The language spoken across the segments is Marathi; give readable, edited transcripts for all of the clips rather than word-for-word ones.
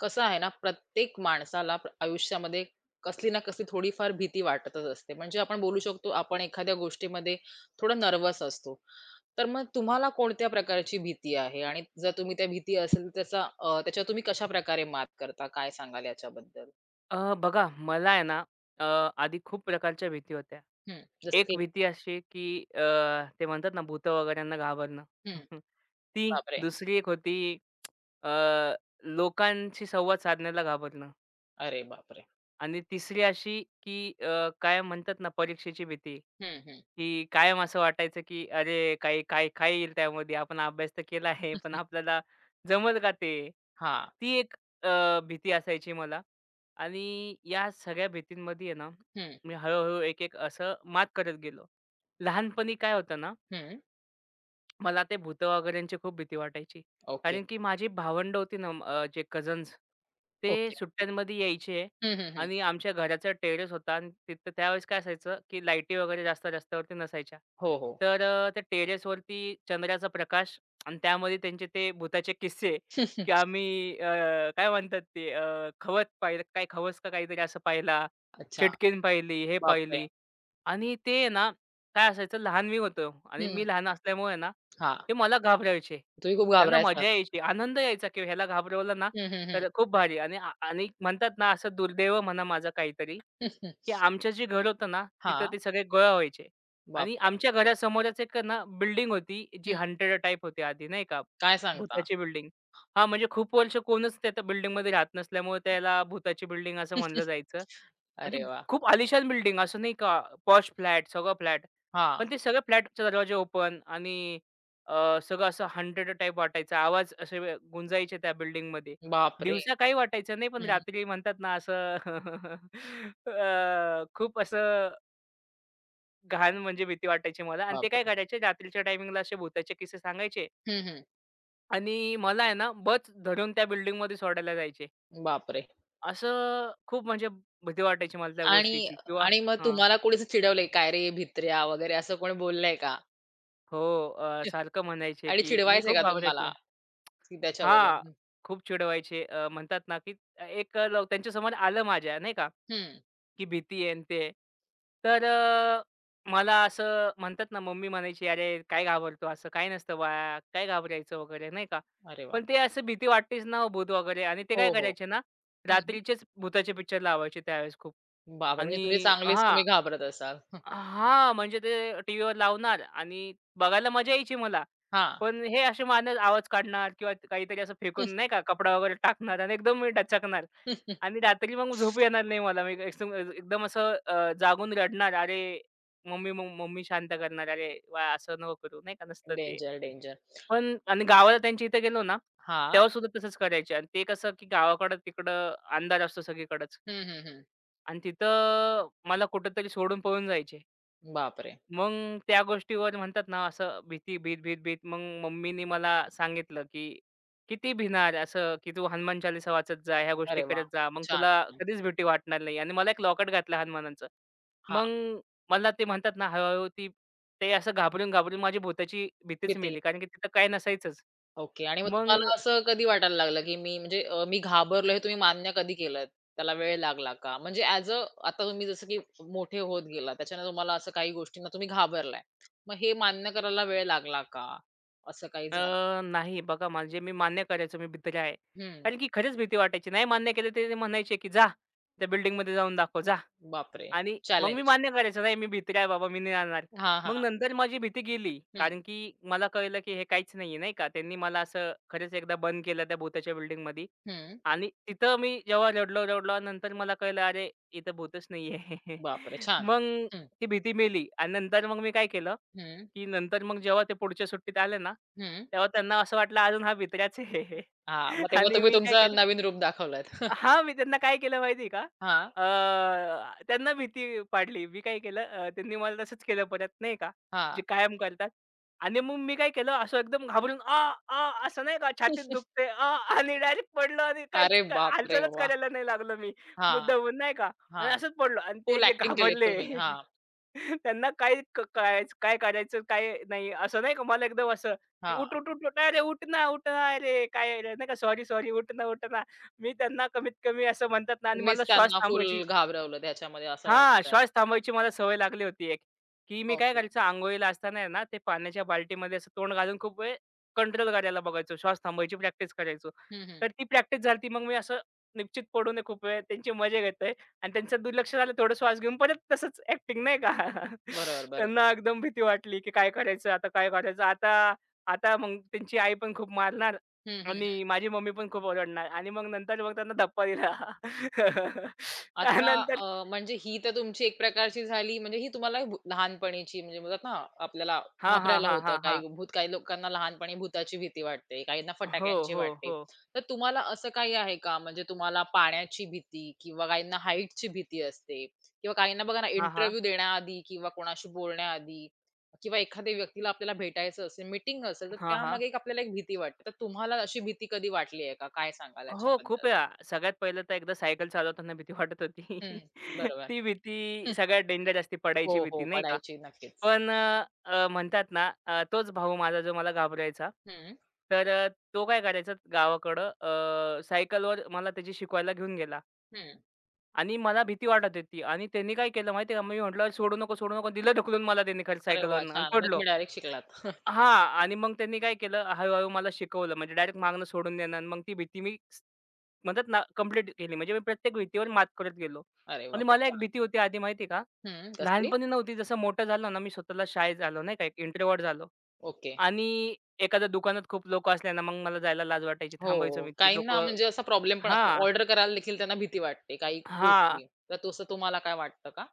कसं आहे ना, प्रत्येक माणसाला आयुष्यामध्ये कसली ना कसली थोडीफार भीती वाटतच असते. म्हणजे आपण बोलू शकतो, आपण एखाद्या गोष्टीमध्ये थोडं नर्व्हस असतो. तर मग तुम्हाला कोणत्या प्रकारची भीती आहे? आणि जर तुम्ही त्या भीती असेल तर त्याचा त्याच्यावर तुम्ही कशाप्रकारे मात करता? काय सांगाल याच्याबद्दल? बघा मला आहे ना अ, आधी खूप प्रकारच्या भीती होत्या. हं, जसं एक की भीती अशी की ते म्हणतात ना भूत वगैरेंना घाबरणं. हं, ती बापरे! दुसरी एक होती अ, लोकांशी संवाद साधण्याला घाबरणं. अरे बापरे! आणि तिसरी अशी, की कायम म्हणतात ना परीक्षेची भीती, हं, हं. की कायम असं वाटायचं, की अरे काही काय काय येईल त्यामध्ये? आपण अभ्यास तर केला आहे, पण आपल्याला जमल का ते? हां. ती एक भीती असायची मला. आणि या सगळ्या भीतींमध्ये आहे ना, हं, मी हळू-हळू एक-एक असं मात करत गेलो. लहानपणी काय होतं ना हं. मला ते भूत वगैरेंची खूप भीती वाटायची. ओके, कारण की माझी भावंड होती ना, जे कझन्स ते ओके. सुट्ट्यांमध्ये यायचे हं, हं, हं. आणि आमच्या घराचा टेरेस होता आणि तिथं त्यावेळेस काय असायचं, की लाईटी वगैरे जास्त रस्त्यावरती नसायच्या. हो, हो. तर त्या टेरेसवरती चंद्राचा प्रकाश आणि त्यामध्ये त्यांचे ते भुताचे किस्से, की आम्ही काय म्हणतात ते खवत पाहिलं काय खवस का काहीतरी असं पाहिला, अच्छा. चिटकीण पाहिली, हे बापरे! पाहिली आणि ते ना काय असायचं, लहान मी होतो आणि हं. मी लहान असल्यामुळे ना हां. ते मला घाबरायचे. तुम्ही खूप त्यांना घाबरायचात. मजा यायची, आनंद यायचा, की ह्याला घाबरवलं ना, तर खूप भारी. आणि आणि म्हणतात ना, असं दुर्दैव म्हणा माझं काहीतरी, की आमचं जे घर होतं ना, तिथं हां, ते सगळे गोळा व्हायचे आणि बापरे! आमच्या घरासमोरच एक ना बिल्डिंग होती, जी हं, हॉन्टेड टाइप होती आधी नाही का, काय सांगता? भुताची बिल्डिंग. हां, म्हणजे खूप वर्ष कोणच त्या बिल्डिंगमध्ये राहत नसल्यामुळे त्याला भुताची बिल्डिंग असं म्हणलं जायचं. म्हणजे अरे वाह! खूप आलिशान बिल्डिंग असं नाही का, पॉश फ्लॅट, सगळं फ्लॅट. हां, पण ते सगळे फ्लॅटचे दरवाजे ओपन आणि सगळं असं हॉन्टेड टाइप वाटायचा. आवाज असे गुंजायचे त्या बिल्डिंगमध्ये. बापरे! दिवसा काही वाटायचं नाही, पण हं, रात्री म्हणतात ना असं खूप असं घाण म्हणजे भीती वाटायची मला. आणि ते काय बापरे! करायचे रात्रीच्या टायमिंगला असे भुताचे किस्से सांगायचे हं, हं, आणि मला आहे ना बच धरून त्या बिल्डिंगमध्ये सोडायला जायचे. बापरे! असं खूप म्हणजे भीती वाटायची मला त्या आणि गोष्टीची किंवा. आणि मग हां. तुम्हाला कोणी असं चिडवलंय, "काय रे भित्र्या" वगैरे असं कोणी बोललंय का? हो. सारखं म्हणायचे, आणि की मी चिडवायचंय खूप का तुम्हाला घाबरायचो. की हां, त्याच्यावरून? खूप चिडवायचे. म्हणतात ना, की एक त्यांच्यासमोर आलं माझ्या नाही का, हं, की भीती आहे आणि ते. तर मला असं म्हणतात ना, मम्मी म्हणायची, "अरे, काय घाबरतो? असं काही नसतं बाळा. काय घाबरायचं?" वगैरे नाही का. अरे वाह! पण ते असं भीती वाटतेच ना हो, भूत वगैरे. आणि ते काय हो, हो. करायचे ना, हं, हं. रात्रीचेच भुताचे पिक्चर लावायचे त्यावेळेस खूप. बापरे! म्हणजे तुम्ही आणि चांगलीच हां. तुम्ही घाबरत असाल. हां, म्हणजे ते टीव्हीवर लावणार आणि बघायला मजा यायची मला. हां. पण हे असे मारणार, आवाज काढणार किंवा काहीतरी असं फेकून नाही का कपडा वगैरे टाकणार आणि एकदम मी डचकणार आणि रात्री मग झोप येणार नाही मला. मी एकदम एकदम असं जागून रडणार, "अरे मम्मी", मग मम्मी शांत करणार, "अरे वा असं नको करू." नाही का, नसतं ते. Danger, danger. पण आणि गावाला त्यांच्या इथे गेलो ना, हां. तेव्हा सुद्धा तसंच करायचे. आणि ते कसं, की गावाकडं तिकडं अंधार असतो सगळीकडंच हं, हं, हं. आणि तिथं मला कुठेतरी सोडून पळून जायचे. बापरे! मग त्या गोष्टीवर म्हणतात ना असं भीती, भीत, भीत, भीत मग मम्मीनी मला सांगितलं, की किती भिणार असं, की "तू हनुमान चालीसा वाचत जा, ह्या गोष्टी अरे वाह! करत जा. मग छान, तुला छान. कधीच भीती वाटणार नाही." आणि मला एक लॉकेट घातलं हनुमानाचं. हां, मग मला ते म्हणतात ना हळू-हळू ती ते असं घाबरून-घाबरून माझी भुताची भीतीच भीती मेली. कारण की तिथं काय नसायचंच. ओके. आणि मग मग तुम्हाला असं कधी वाटायला लागलं, की मी म्हणजे मी घाबरलो हे तुम्ही मान्य कधी केलंत? त्याला वेळ लागला का? म्हणजे ॲज अ आता तुम्ही जसं की मोठे होत गेलात, त्याच्याने तुम्हाला असं काही गोष्टींना तुम्ही घाबरलाय. मग हे मान्य करायला वेळ लागला का? असं काही झालं? नाही, बघा, म्हणजे मी मान्य करायचो मी भित्र आहे. हं. कारण की खरंच भीती वाटायची. नाही मान्य केलं तरी ते म्हणायचे, की "जा त्या बिल्डिंगमध्ये जाऊन दाखव जा." बापरे! आणि मग मी चॅलेंज. मान्य करायचो, "नाही मी भित्री आहे बाबा, मी नाही जाणार." हां, मग हां. नंतर माझी भीती गेली. हं, कारण की मला कळलं की हे काहीच नाहीये, नाही का. त्यांनी मला असं खरंच एकदा बंद केलं त्या भुताच्या बिल्डिंगमध्ये हं. आणि तिथं मी जेव्हा रडलो, रडलो, नंतर मला कळलं, "अरे, इथं भूतच नाहीये." बापरे! छान. मग हं, ती भीती मेली आणि नंतर मग मी काय केलं, हं, की नंतर मग जेव्हा ते पुढच्या सुट्टीत आले ना, हं. तेव्हा त्यांना असं वाटलं, "अजून हा भित्र्याच आहे." हां, मग तेव्हा आणि तुम्ही मी काय तुमचं केलं. नवीन रूप दाखवलत. हां, मी त्यांना काय केलं माहिती आहे का? हां, त्यांना भीती पाडली. मी काय केलं, त्यांनी मला तसंच केलं परत नाही का, हां. जे कायम करतात. आणि मग मी काय केलं, असं एकदम घाबरून आ, आ, असं नाही का छातीत दुखते आणि डायरेक्ट पडलो आणि अरे काहीच बापरे! हालचालच वाह! करायला नाही लागलो मी, हां, मुद्दामून नाही का, आणि हां. असंच पडलो आणि ते फुल जे एक्टिंग केलीत घाबरले. तुम्ही. हां, त्यांना काय करायचं काय करायचं काय नाही, असं नाही का मला एकदम असं, की हां. उठ, "अरे उठ ना, उठ ना, अरे काय रे", नाही का, "सॉरी, सॉरी, उठ ना, उठ ना." मी त्यांना कमीत कमी असं म्हणतात ना. आणि मला तुम्हीच श्वास त्यांना फुल थांबवायची घाबरवलं त्याच्यामध्ये असं हां, वाटतंय. श्वास थांबवायची मला सवय लागली होती एक, की मी काय ओके. करायचो अंघोळीला असताना आहे ना, ते पाण्याच्या बाल्टीमध्ये असं तोंड घालून खूप वेळ कंट्रोल करायला बघायचो. श्वास थांबवायची प्रॅक्टिस करायचो. हं, हं. तर ती प्रॅक्टिस झाली, मग मी असं निश्चित पडू नये खूप वेळ त्यांची मजा घेतोय आणि त्यांचं दुर्लक्ष झालं थोडं, श्वास घेऊन परत तसंच ॲक्टिंग नाही का. बरोबर, बरोबर. त्यांना एकदम भीती वाटली, की काय करायचं आता, काय करायचं आता? आता मग त्यांची आई पण खूप मारणार हं, हं, हं. आणि माझी मम्मी पण खूप ओरडणार आणि मग नंतर मग त्यांना धप्पा दिला. आता त्यानंतर म्हणजे ही तर तुमची एक प्रकारची झाली म्हणजे ही तुम्हाला लहानपणीची म्हणजे बोलतात ना, आपल्याला हां, हां, घाबरायला हां, होतं. हां, हां. काही भूत काही लोकांना लहानपणी भूताची भीती वाटते, काहींना हो, फटाक्यांची हो, वाटते. हो. तर तुम्हाला असं काही आहे का? म्हणजे तुम्हाला पाण्याची भीती किंवा काहींना हाईटची भीती असते किंवा काहींना बघा ना, हां, हां. इंटरव्ह्यू देण्याआधी किंवा कोणाशी बोलण्याआधी किंवा एखाद्या व्यक्तीला आपल्याला भेटायचं असेल, मीटिंग असेल, तर हां, हां. त्यामागे एक आपल्याला एक भीती वाटते. तर तुम्हाला अशी भीती कधी वाटली आहे का? काय सांगाल हो, याच्याबद्दल? खूप वेळा. सगळ्यात पहिलं तर एकदा सायकल चालवताना भीती वाटत होती. हं, बरोबर. ती भीती सगळ्यात डेंजर असते, हो, पडायची हो. भीती नाही का? पडायची नक्कीच. पण अ, अ, म्हणतात ना तोच भाऊ माझा जो मला घाबरायचा. हं, तर तो काय करायचा गावाकडं, सायकलवर मला त्याची शिकवायला घेऊन गेला हं. आणि मला भीती वाटत होती आणि त्यांनी काय केलं माहिती का? मी म्हटलं, "सोडू नको, सोडू नको." दिलं ढकलून मला त्याने खरं अरे वाह! सायकलवरनं आणि छान. मग पडलो. तुम्ही डायरेक्ट शिकलात. हां. आणि मग त्यांनी काय केलं, हळू-हळू मला शिकवलं. म्हणजे डायरेक्ट मागणं सोडून देणं आणि मग ती भीती मी म्हणतात ना, कंप्लीट केली. म्हणजे मी प्रत्येक भीतीवर मात करत गेलो. अरे वाह! आणि खूप मला एक छान. भीती होती आधी, माहिती का? हं. कसली? लहानपणी नव्हती. जसं मोठं झालो ना, मी स्वतःला शाळेत झालो नाही का, एक इंट्रोव्हर्ट झालो. ओके. आणि एखाद्या दुकानात खूप लोकं असले ना, मग मला जायला लाज वाटायची. थांबायचो हो. मी ती काहींना लोकं. म्हणजे असा प्रॉब्लेम पण असतो. हां, ऑर्डर करायला देखील त्यांना भीती वाटते काही हां, गोष्टी. तर तसं तुम्हाला काय वाटतं का?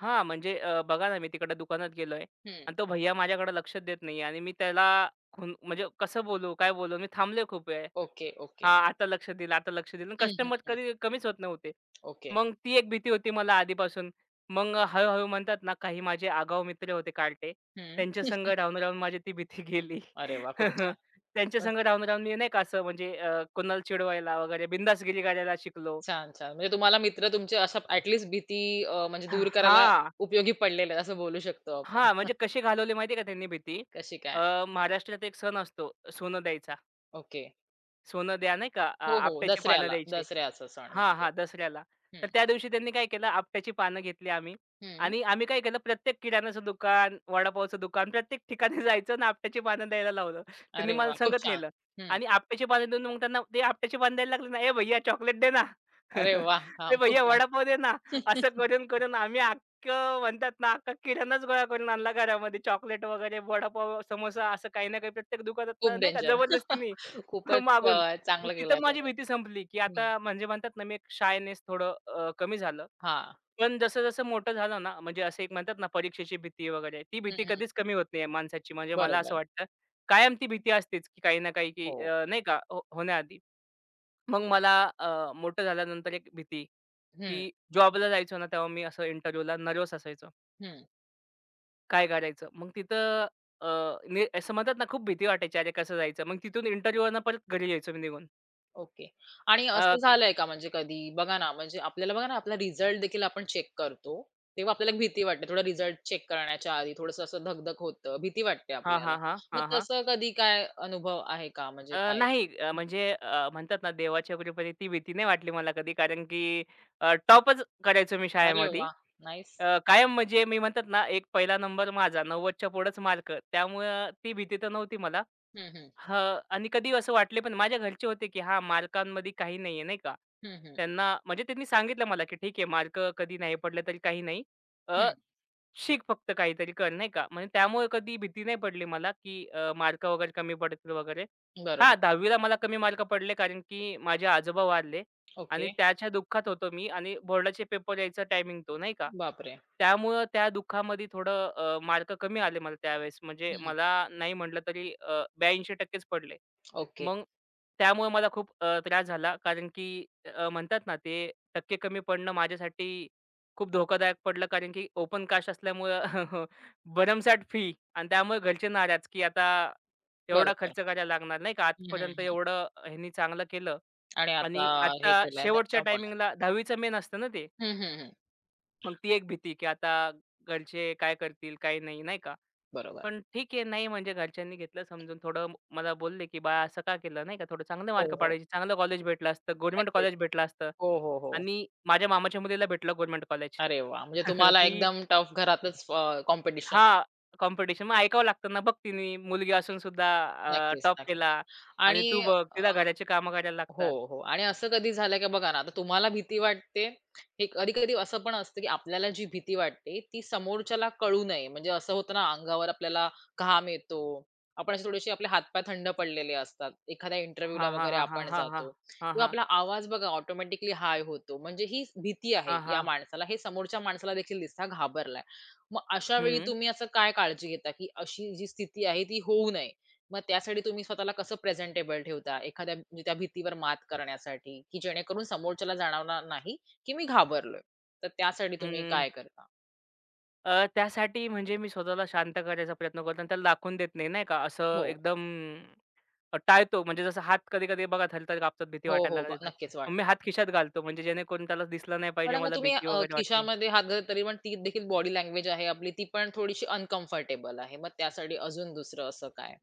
हां. म्हणजे बघा ना, मी तिकडे दुकानात गेलोय हं. आणि तो भैय्या माझ्याकडे लक्ष देत नाहीये आणि मी त्याला खून, म्हणजे कसं बोलू, काय बोलू? मी थांबलोय खूप वेळ. Okay, okay. हां, आता लक्ष दिलं, आता लक्ष दिलं. हं, हं, कस्टमर हं. कधी कमीच होत नव्हते. ओके. मग ती एक भीती होती मला आधीपासून. मग हळू-हळू म्हणतात ना, काही माझे आगाऊ मित्र होते कार्टे. हं. त्यांच्या संग राहून-राहून माझी ती भीती गेली. अरे वाह! खूप छान. त्यांच्या मग संग राहून-राहून मी नाही का असं म्हणजे कोणाला चिडवायला वगैरे बिंदासगिरी करायला शिकलो. छान, छान. म्हणजे तुम्हाला मित्र तुमचे अशा ॲट लीस्ट भीती म्हणजे दूर करायला हां, उपयोगी पडलेले आहेत असं बोलू शकतो आपण. हां, म्हणजे कशी घालवली माहिती का त्यांनी भीती? कशी काय? अ, महाराष्ट्रात एक सण असतो सोनं द्यायचा. ओके. सोनं द्या नाही का, हो, हो. आपट्याची पानं दसऱ्याला, द्यायची. दसऱ्याचा सण हां, म्हणजे. हां. दसऱ्याला. हं. तर त्या दिवशी त्यांनी काय केलं, आपट्याची पानं घेतली आम्ही हं. आणि आम्ही काय केलं, प्रत्येक किराणाचं दुकान, वडापावचं दुकान, प्रत्येक ठिकाणी जायचं आणि आपट्याची पानं द्यायला लावलं. त्यांनी अरे मला वाह! खूप संगत छान. नेलं हं. आणि आपट्याची पानं देऊन मग त्यांना ते आपट्याची पानं द्यायला लागले ना, "ए भैय्या चॉकलेट दे ना." अरे वाह! "ए हां, खूप भैय्या छान. वडापाव दे ना." असं करून, करून आम्ही अख्खं म्हणतात ना, अख्खा किराणाच गोळा करून आणला घरामध्ये. चॉकलेट वगैरे, वडापाव, समोसा असं काही ना काही प्रत्येक खूप दुकानातनं नाही का डेंजर. जबरदस्तीने खूपच मागून. मग चांगलं केलंय तिथं माझी तुम्ही. भीती संपली, की हं. आता म्हणजे म्हणतात ना, मी एक शायनेस थोडं कमी झालं. हां. पण जसं-जसं मोठं झालं ना, म्हणजे असं एक म्हणतात ना, परीक्षेची भीती वगैरे, ती हं, भीती हं. कधीच कमी होत नाही माणसाची. म्हणजे मला असं बरोबर. वाटतं, कायम ती भीती असतेच, की काही ना काही, की हो. नाही का, हो होण्याआधी. मग मला मोठं झाल्यानंतर एक भीती, हं, की जॉबला जायचो ना, तेव्हा मी असं इंटरव्ह्यूला नर्व्हस असायचो. हं. काय करायचं? मग तिथं अ, नि असं म्हणतात ना, खूप भीती वाटायची, अरे कसं जायचं? मग तिथून इंटरव्ह्यूवरनं परत घरी यायचो मी निघून. ओके. आणि अ, असं की झालंय का म्हणजे कधी बघा ना, म्हणजे आपल्याला बघा ना, आपला रिझल्ट देखील आपण चेक करतो. तेव्हा आपल्याला भीती वाटते. थोडा रिझल्ट चेक करण्याच्या आधी थोडंसं असं धक-धक होतं. भीती वाटते हां, आपल्याला. हां, हां. मग हां, हां. तसं कधी काय अनुभव आहे का? म्हणजे काय? नाही, म्हणजे म्हणतात ना देवाच्या कृपेने ती भीती नाही वाटली मला कधी, कारण की टॉपच करायचो मी अरे शाळेमध्ये. वाह! नाईस. कायम म्हणजे मी म्हणतात ना एक पहिला नंबर माझा, 90च्या पुढेच मार्क, त्यामुळं ती भीती तर नव्हती मला. हं, हं. हं, आणि कधी असं वाटले पण माझ्या घरचे होते की हां, मार्कांमध्ये काही नाहीये नाही का. हं, हं. त्यांना म्हणजे त्यांनी सांगितलं मला की "ठीक आहे, मार्क कधी नाही पडले तरी काही नाही. हं. अ, शिक, फक्त काहीतरी कर." नाही का. म्हणजे त्यामुळे कधी भीती नाही पडली मला की मार्क वगैरे कमी पडतील वगैरे. बरोबर. हां, 10वी मला कमी मार्क पडले कारण की माझे आजोबा वारले ओके. आणि त्याच्या दुःखात होतो मी आणि बोर्डाचे पेपर यायचा टायमिंग तो नाही का. बापरे! त्यामुळं त्या दुःखामध्ये थोडं मार्क कमी आले मला त्यावेळेस. म्हणजे हं. मला नाही म्हटलं तरी 82%च पडले. ओके. मग त्यामुळे मला खूप त्रास झाला कारण की म्हणतात ना ते टक्के कमी पडणं माझ्यासाठी खूप धोकादायक पडलं, कारण की ओपन कास्ट असल्यामुळं भरमसाठ फी आणि त्यामुळे घरचे नाराज, की आता तेवढा बरोबर. खर्च करायला लागणार नाही का? हं, हं, आजपर्यंत हं. एवढं ह्यांनी चांगलं केलं आणि आता आणि हे आता केलंय शेवटच्या त्याच्यामुळे. टायमिंगला 10वी चं मेन असतं ना ते. हं, हं, हं. मग ती एक भीती, की आता घरचे काय करतील, काय नाही, नाही का? बरोबर. पण ठीक आहे, नाही म्हणजे घरच्यांनी घेतलं समजून. थोडं मला बोलले, की "बाळा असं का केलं?" नाही का. "थोडं चांगले हो, मार्क हो. पाडायचे, चांगलं कॉलेज भेटलं असतं, गव्हर्नमेंट नक्कीच. कॉलेज भेटलं असतं." हो, हो, हो. आणि माझ्या मामाच्या मुलीला भेटलं गव्हर्नमेंट कॉलेज. अरे वाह! म्हणजे तुम्हाला ती एकदम टफ घरातच कॉम्पिटिशन. हां, कॉम्पिटिशन. मग ऐकावं लागतं ना, बघ तिने मुलगी असून सुद्धा नक्कीच, टॉप नक्कीच. केला आणि आणि तू बघ अ तिला घराची कामं करायला हो, लागतात. हो. आणि असं कधी झालं की बघा ना, आता तुम्हाला भीती वाटते, हे कधी-कधी असं पण असतं की आपल्याला जी भीती वाटते, ती समोरच्याला कळू नये. म्हणजे असं होतं ना, अंगावर आपल्याला घाम येतो. आपण असे थोडेसे आपले हातपाय थंड पडलेले असतात. एखाद्या इंटरव्ह्यूला हां, हां, वगैरे हां, हां, आपण हां, हां. जातो हां, किंवा हां. आपला आवाज बघा ऑटोमॅटिकली हाय होतो. म्हणजे ही भीती आहे हां, या हां. माणसाला. हे समोरच्या माणसाला देखील दिसतं घाबरलाय. मग अशा वेळी हं, तुम्ही असं काय काळजी घेता, की अशी जी स्थिती आहे ती होऊ नये? मग त्यासाठी तुम्ही स्वतःला कसं प्रेझेंटेबल ठेवता? एखाद्या म्हणजे त्या भीतीवर मात करण्यासाठी, की जेणेकरून समोरच्याला जाणवणार नाही, की मी घाबरलोय. तर त्यासाठी तुम्ही हं. काय करता? त्यासाठी म्हणजे मी स्वतःला शांत करायचा प्रयत्न करतो आणि त्याला दाखवून देत नाही, नाही का. हो. असं एकदम टाळतो म्हणजे जसं हात कधी-कधी बघा थरथर कापतात, भीती हो, हो. वाटायला लागली नक्कीच मग मी हात खिशात घालतो म्हणजे जेणेकरून त्याला दिसलं नाही पण पाहिजे मग मला तुम्ही भीती वगैरे वाटते. खिशामध्ये हात घातला तरी पण ती देखील बॉडी लँग्वेज आहे आपली, ती पण थोडीशी अनकम्फर्टेबल आहे. मग त्यासाठी अजून दुसरं असं काय?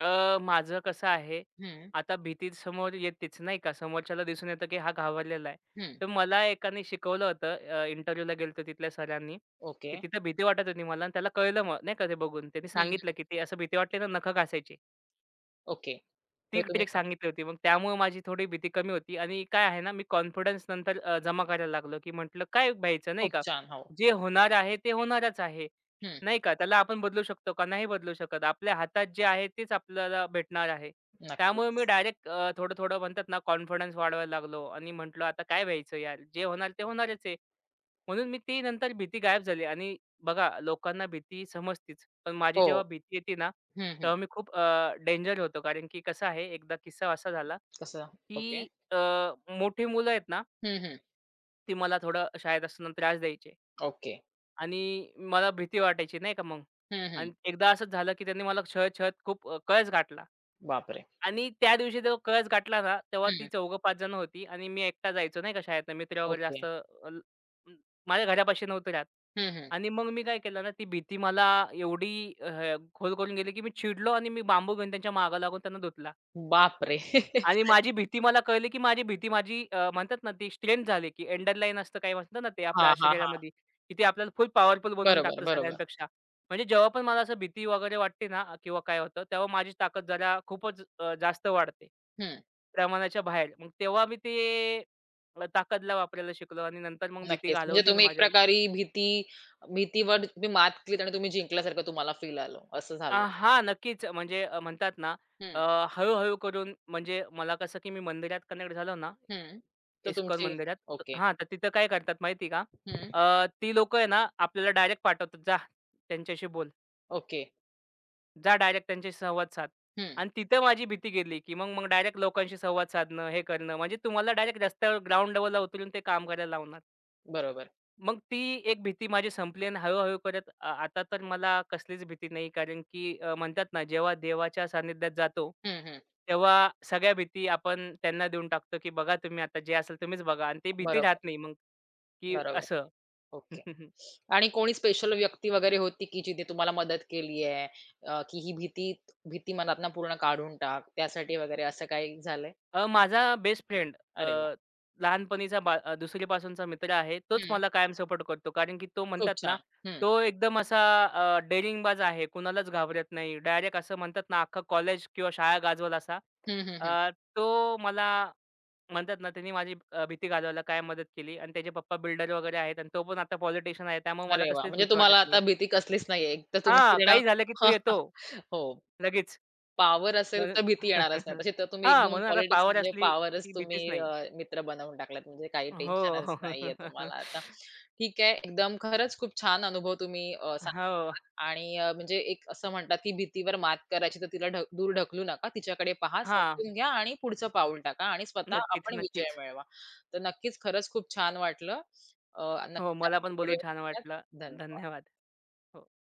माझं कसं आहे, हं, आता भीती समोर येतेच नाही का, समोरच्याला दिसून येतं, की हा घाबरलेला आहे. हं. तर मला एकाने शिकवलं होतं इंटरव्ह्यूला गेलतो तिथल्या सरांनी, ओके. की तिथं भीती वाटत होती मला आणि त्याला कळलं मग नाही का ते बघून. त्यांनी सांगितलं, हं. की "ते असं भीती वाटली ना नखं घासायची." ओके. ती हे तुम्ही ट्रिक सांगितली होती. मग त्यामुळे माझी थोडी भीती कमी होती आणि काय आहे ना, मी कॉन्फिडन्स नंतर जमा करायला लागलो, की म्हटलं काय भ्यायचं नाही खूप का? छान. हो. जे होणार आहे ते होणारच आहे. हं. नाही का? त्याला आपण बदलू शकतो का? नाही बदलू शकत. आपल्या हातात जे आहे तेच आपल्याला भेटणार आहे. त्यामुळे मी नक्कीच. डायरेक्ट थोडं-थोडं म्हणतात ना, कॉन्फिडन्स वाढवायला लागलो आणि म्हटलं, "आता काय भ्यायचं यार? जे होणार ते होणारच आहे." म्हणून मी ती नंतर भीती गायब झाली आणि बघा लोकांना भीती समजतीच. पण माझी हो. जेव्हा भीती येते ना, हं, हं. तेव्हा मी खूप डेंजर होतो. कारण की कसं आहे, एकदा किस्सा असा झाला, कसं? ओके. की मोठी मुलं आहेत ना, हं, हं. ती मला थोडं शाळेत असताना त्रास द्यायचे ओके. आणि मला भीती वाटायची नाही का मग. हं, हं. आणि एकदा असंच झालं, की त्यांनी मला छळत-छळत खूप कळस गाठला. बापरे! आणि त्या दिवशी तो कळस गाठला ना, तेव्हा ती हं, चौघं 5 जण होती आणि मी एकटा जायचो नाही का शाळेतनं मित्र वगैरे ओके. जास्त म- माझ्या घरापाशी नव्हतं राहत. हं, हं. आणि मग मी काय केलं ना, ती भीती मला एवढी खोल करून गेली, की मी चिडलो आणि मी बांबू घेऊन त्यांच्या मागे लागून त्यांना धुतला. बापरे! आणि माझी भीती मला कळली, की माझी भीती माझी म्हणतात ना, ती स्ट्रेंथ झाली, की एंडरलाईन असतं काही म्हणतं ना, ते हां, आपल्या हां, हां. शरीरामध्ये, की ते आपल्याला फुल पॉवरफुल बनवून बरोबर, टाकतं बरोबर. सगळ्यांपेक्षा. म्हणजे जेव्हा पण मला असं भीती वगैरे वाटते ना किंवा काय होतं, तेव्हा माझी ताकद जरा खूपच जास्त वाढते, हं, प्रमाणाच्या बाहेर. मग तेव्हा मी ते ताकदला वापरायला शिकलो आणि नंतर मग भीती नक्कीच. म्हणजे घालवली मी तुम्ही एक माझ्या प्रकारे भीतीवर तुम्ही मात केलीत आणि तुम्ही जिंकल्यासारखं तुम्हाला फील आलं, असं झालं. हां, नक्कीच. म्हणजे म्हणतात ना, हं, हळू करून म्हणजे मला कसं, की मी मंदिरात कनेक्ट झालो ना हं. तर इस्कॉन तुमची मंदिरात ओके. हां, तर तिथं काय करतात माहिती आहे का? हं, ती लोकं आहे ना, आपल्याला डायरेक्ट पाठवतात, "जा त्यांच्याशी बोल. ओके. जा डायरेक्ट त्यांच्याशी संवाद साध." हं, आणि तिथं माझी भीती गेली, की मग मग डायरेक्ट लोकांशी संवाद साधणं, हे करणं. म्हणजे तुम्हाला डायरेक्ट रस्त्यावर ग्राउंड लेव्हलला उतरून ते काम करायला लावणार. बरोबर. मग ती एक भीती माझी संपली आणि हळू-हळू करत आता तर मला कसलीच भीती नाही. कारण की म्हणतात ना, जेव्हा देवाच्या सानिध्यात जातो, हं, हं. तेव्हा सगळ्या भीती आपण त्यांना देऊन टाकतो, की बघा तुम्ही आता जे असेल तुम्हीच बघा आणि ती भीती बरोबर, राहत नाही मग, की बरोबर. असं. ओके. आणि कोणी स्पेशल व्यक्ती वगैरे होती, की जिने तुम्हाला मदत केली आहे, की ही भीती भीती मनातनं पूर्ण काढून टाक, त्यासाठी वगैरे असं काही झालंय? माझा बेस्ट फ्रेंड अरे वाह! लहानपणीचा दुसरीपासूनचा मित्र आहे. तोच मला कायम सपोर्ट करतो. कारण की तो खूप म्हणतात ना, छान. हं. तो एकदम असा डेअरिंगबाज आहे. कुणालाच घाबरत नाही. डायरेक्ट असं म्हणतात ना, अख्खं कॉलेज किंवा शाळा गाजवला असा. हं, हं, हं. अ, तो मला म्हणतात ना, त्यांनी माझी भीती घालवायला कायम मदत केली आणि त्याचे पप्पा बिल्डर वगैरे आहेत आणि तो पण आता पॉलिटिशियन आहे. त्यामुळे मला अरे वाह! कसलीच म्हणजे भीती वाटत तुम्हाला नाही. आता भीती कसलीच नाहीये. एक तर तुम्ही हां, फिरणं काही झालं की तो येतो हो. लगेच. पॉवर असेल म्हणून तर भीती येणारच नाही. तशी तर तुम्ही हां, एकदम म्हणून आता पॉलिटिक्स पॉवर म्हणजे असली पॉवरच की भीतीच तुम्ही नाही. मित्र बनवून टाकलात. म्हणजे काही हो. टेन्शनच हो. नाहीये तुम्हाला आता. ठीक आहे. एकदम खरंच खूप छान अनुभव तुम्ही सांगितलात आणि म्हणजे एक असं म्हणतात, की भीतीवर मात करायची तर तिला दूर ढकलू नका. तिच्याकडे पहा, हां. समजून घ्या आणि पुढचं पाऊल टाका आणि स्वतः नक्कीच, आपण विजय नक्कीच. मिळवा. तर नक्कीच खरंच खूप छान वाटलं. हो, नक्कीच मला पण आपण पुढे बोलून छान बोलूयात. वाटलं. धन्यवाद. धन्यवाद. हो.